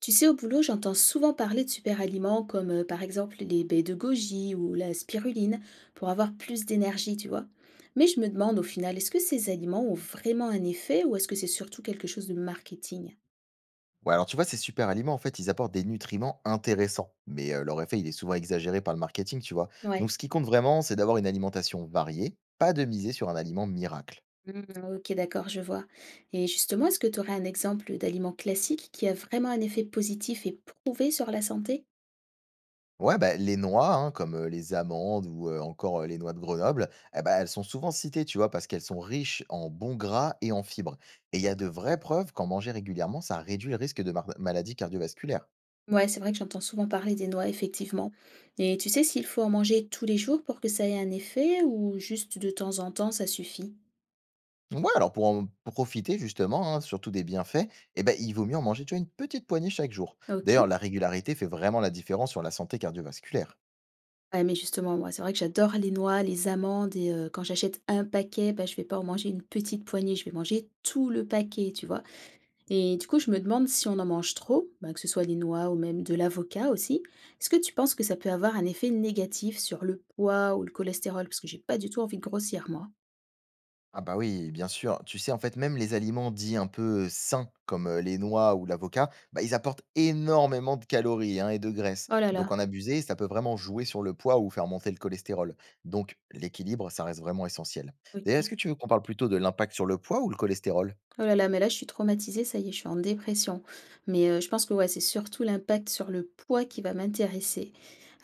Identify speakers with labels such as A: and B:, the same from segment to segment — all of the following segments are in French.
A: Tu sais, au boulot, j'entends souvent parler de super-aliments comme par exemple les baies de goji ou la spiruline pour avoir plus d'énergie, tu vois. Mais je me demande au final, est-ce que ces aliments ont vraiment un effet ou est-ce que c'est surtout quelque chose de marketing?
B: Ouais, alors tu vois, ces super aliments, en fait, ils apportent des nutriments intéressants, mais leur effet, il est souvent exagéré par le marketing, tu vois.
A: Ouais.
B: Donc, ce qui compte vraiment, c'est d'avoir une alimentation variée, pas de miser sur un aliment miracle.
A: Mm, ok, d'accord, je vois. Et justement, est-ce que tu aurais un exemple d'aliment classique qui a vraiment un effet positif et prouvé sur la santé?
B: Ouais, bah, les noix, hein, comme les amandes ou encore les noix de Grenoble, eh bah, elles sont souvent citées, tu vois, parce qu'elles sont riches en bons gras et en fibres. Et il y a de vraies preuves qu'en manger régulièrement, ça réduit le risque de maladies cardiovasculaires.
A: Ouais, c'est vrai que j'entends souvent parler des noix, effectivement. Et tu sais s'il faut en manger tous les jours pour que ça ait un effet ou juste de temps en temps, ça suffit?
B: Ouais, alors pour en profiter justement, hein, surtout des bienfaits, eh ben, il vaut mieux en manger tu vois, une petite poignée chaque jour. D'ailleurs,
A: OK.
B: la régularité fait vraiment la différence sur la santé cardiovasculaire.
A: Ouais, mais justement, moi, c'est vrai que j'adore les noix, les amandes et quand j'achète un paquet, bah, je vais pas en manger une petite poignée, je vais manger tout le paquet, tu vois? Et du coup, je me demande si on en mange trop, bah, que ce soit des noix ou même de l'avocat aussi, est-ce que tu penses que ça peut avoir un effet négatif sur le poids ou le cholestérol? Parce que j'ai pas du tout envie de grossir moi.
B: Ah bah oui, bien sûr. Tu sais, en fait, même les aliments dits un peu sains, comme les noix ou l'avocat, bah, ils apportent énormément de calories hein, et de graisses.
A: Oh là là,
B: Donc en abuser, ça peut vraiment jouer sur le poids ou faire monter le cholestérol. Donc l'équilibre, ça reste vraiment essentiel. D'ailleurs, est-ce
A: OK.
B: que tu veux qu'on parle plutôt de l'impact sur le poids ou le cholestérol?
A: Oh là là, mais là, je suis traumatisée, ça y est, je suis en dépression. Mais je pense que, ouais, c'est surtout l'impact sur le poids qui va m'intéresser.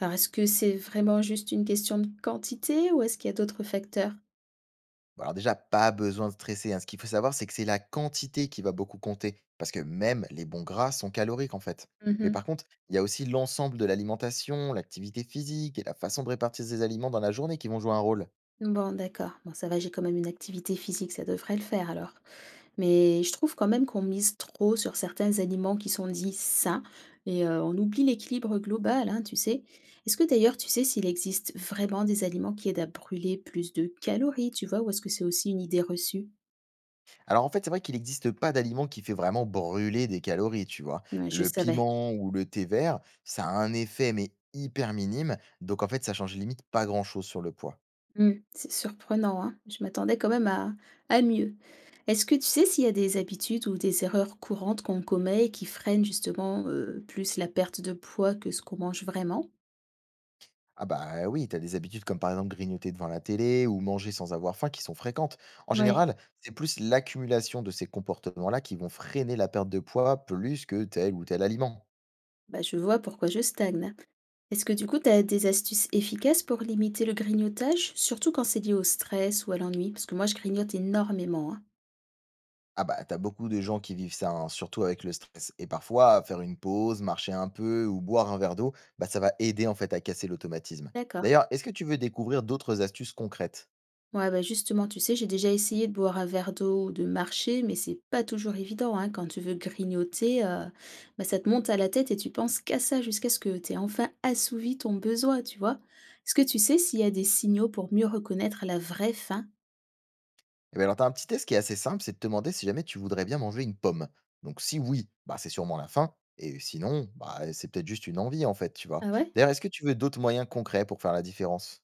A: Alors est-ce que c'est vraiment juste une question de quantité ou est-ce qu'il y a d'autres facteurs?
B: Bah, alors déjà, pas besoin de stresser, hein. Ce qu'il faut savoir, c'est que c'est la quantité qui va beaucoup compter, parce que même les bons gras sont caloriques en fait. Mais par
A: Mmh.
B: contre, il y a aussi l'ensemble de l'alimentation, l'activité physique et la façon de répartir ses aliments dans la journée qui vont jouer un rôle.
A: Bon, d'accord. Bon, ça va, j'ai quand même une activité physique, ça devrait le faire alors. Mais je trouve quand même qu'on mise trop sur certains aliments qui sont dits sains et on oublie l'équilibre global, hein, tu sais? Est-ce que d'ailleurs, tu sais s'il existe vraiment des aliments qui aident à brûler plus de calories, tu vois? Ou est-ce que c'est aussi une idée reçue?
B: Alors en fait, c'est vrai qu'il n'existe pas d'aliment qui fait vraiment brûler des calories, tu vois.
A: Ouais, je
B: Le
A: savais.
B: piment ou le thé vert, ça a un effet mais hyper minime, donc en fait, ça change limite pas grand-chose sur le poids.
A: Mmh. C'est surprenant, hein. Je m'attendais quand même à mieux. Est-ce que tu sais s'il y a des habitudes ou des erreurs courantes qu'on commet et qui freinent justement, plus la perte de poids que ce qu'on mange vraiment?
B: Ah bah oui, t'as des habitudes comme par exemple grignoter devant la télé ou manger sans avoir faim qui sont fréquentes. En
A: Ouais.
B: général, c'est plus l'accumulation de ces comportements-là qui vont freiner la perte de poids plus que tel ou tel aliment.
A: Bah, je vois pourquoi je stagne. Est-ce que du coup, tu as des astuces efficaces pour limiter le grignotage, surtout quand c'est lié au stress ou à l'ennui? Parce que moi, je grignote énormément, hein.
B: Ah bah t'as beaucoup de gens qui vivent ça, hein, surtout avec le stress. Et parfois, faire une pause, marcher un peu ou boire un verre d'eau, bah ça va aider en fait à casser l'automatisme.
A: D'accord.
B: D'ailleurs, est-ce que tu veux découvrir d'autres astuces concrètes?
A: Ouais, bah, justement, tu sais, j'ai déjà essayé de boire un verre d'eau ou de marcher, mais c'est pas toujours évident, hein. Quand tu veux grignoter, bah, ça te monte à la tête et tu penses qu'à ça jusqu'à ce que tu aies enfin assouvi ton besoin, tu vois? Est-ce que tu sais s'il y a des signaux pour mieux reconnaître la vraie faim?
B: Eh ben alors, tu as un petit test qui est assez simple, c'est de te demander si jamais tu voudrais bien manger une pomme. Donc si oui, bah, c'est sûrement la faim, et sinon, bah, c'est peut-être juste une envie en fait, tu vois.
A: Ah ouais?
B: D'ailleurs, est-ce que tu veux d'autres moyens concrets pour faire la différence?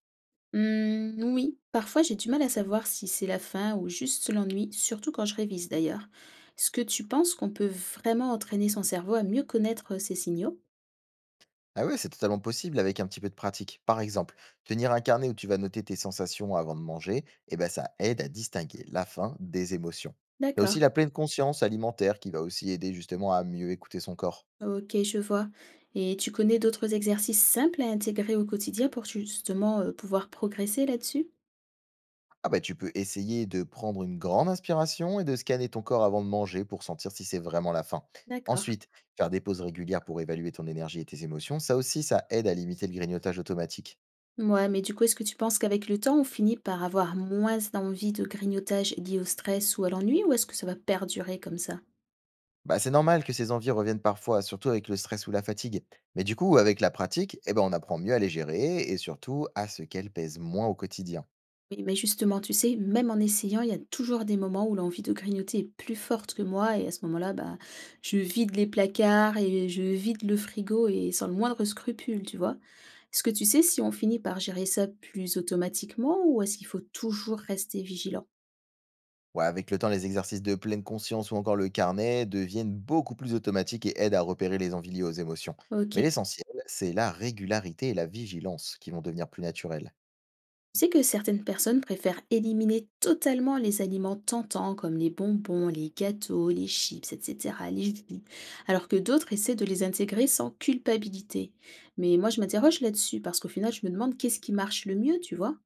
A: Hmm, oui, parfois j'ai du mal à savoir si c'est la faim ou juste l'ennui, surtout quand je révise d'ailleurs. Est-ce que tu penses qu'on peut vraiment entraîner son cerveau à mieux connaître ces signaux?
B: Ah ouais, c'est totalement possible avec un petit peu de pratique. Par exemple, tenir un carnet où tu vas noter tes sensations avant de manger, eh ben, ça aide à distinguer la faim des émotions. Tu as
A: D'accord.
B: aussi la pleine conscience alimentaire qui va aussi aider justement à mieux écouter son corps.
A: OK, je vois. Et tu connais d'autres exercices simples à intégrer au quotidien pour justement, pouvoir progresser là-dessus?
B: Ah bah tu peux essayer de prendre une grande inspiration et de scanner ton corps avant de manger pour sentir si c'est vraiment la faim.
A: D'accord.
B: Ensuite, faire des pauses régulières pour évaluer ton énergie et tes émotions, ça aussi ça aide à limiter le grignotage automatique.
A: Mouais, mais du coup, est-ce que tu penses qu'avec le temps, on finit par avoir moins d'envie de grignotage lié au stress ou à l'ennui ou est-ce que ça va perdurer comme ça?
B: Bah c'est normal que ces envies reviennent parfois, surtout avec le stress ou la fatigue. Mais du coup, avec la pratique, eh ben on apprend mieux à les gérer et surtout à ce qu'elles pèsent moins au quotidien.
A: Oui, mais justement, tu sais, même en essayant, il y a toujours des moments où l'envie de grignoter est plus forte que moi et à ce moment-là, bah, je vide les placards et je vide le frigo et sans le moindre scrupule, tu vois. Est-ce que tu sais si on finit par gérer ça plus automatiquement ou est-ce qu'il faut toujours rester vigilant?
B: Ouais, avec le temps, les exercices de pleine conscience ou encore le carnet deviennent beaucoup plus automatiques et aident à repérer les envies liées aux émotions. Mais
A: Ok.
B: l'essentiel, c'est la régularité et la vigilance qui vont devenir plus naturelles.
A: Tu sais que certaines personnes préfèrent éliminer totalement les aliments tentants comme les bonbons, les gâteaux, les chips, etc., les jus, alors que d'autres essaient de les intégrer sans culpabilité. Mais moi, je m'interroge là-dessus parce qu'au final, je me demande qu'est-ce qui marche le mieux, tu vois?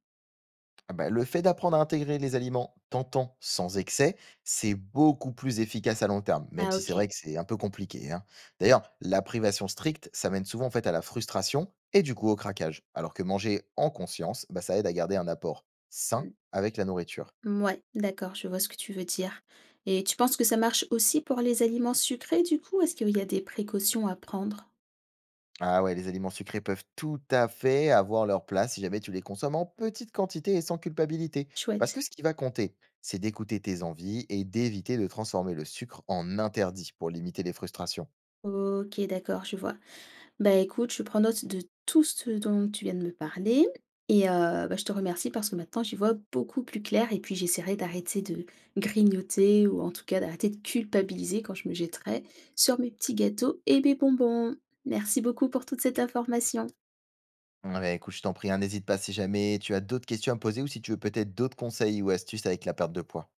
B: Ah bah, le fait d'apprendre à intégrer les aliments tentant sans excès, c'est beaucoup plus efficace à long terme, même
A: Ah,
B: si c'est
A: ok.
B: vrai que c'est un peu compliqué, hein. D'ailleurs, la privation stricte, ça mène souvent en fait à la frustration et du coup au craquage, alors que manger en conscience, bah, ça aide à garder un apport sain
A: Mm.
B: avec la nourriture.
A: Ouais, d'accord, je vois ce que tu veux dire. Et tu penses que ça marche aussi pour les aliments sucrés, du coup? Est-ce qu'il y a des précautions à prendre?
B: Ah ouais, les aliments sucrés peuvent tout à fait avoir leur place si jamais tu les consommes en petite quantité et sans culpabilité. Parce
A: Chouette.
B: que ce qui va compter, c'est d'écouter tes envies et d'éviter de transformer le sucre en interdit pour limiter les frustrations.
A: Ok, d'accord, je vois. Bah, écoute, je prends note de tout ce dont tu viens de me parler et bah, je te remercie parce que maintenant j'y vois beaucoup plus clair et puis j'essaierai d'arrêter de grignoter ou en tout cas d'arrêter de culpabiliser quand je me jetterai sur mes petits gâteaux et mes bonbons. Merci beaucoup pour toute cette information.
B: Ah bah écoute, je t'en prie, hein, n'hésite pas si jamais tu as d'autres questions à me poser ou si tu veux peut-être d'autres conseils ou astuces avec la perte de poids.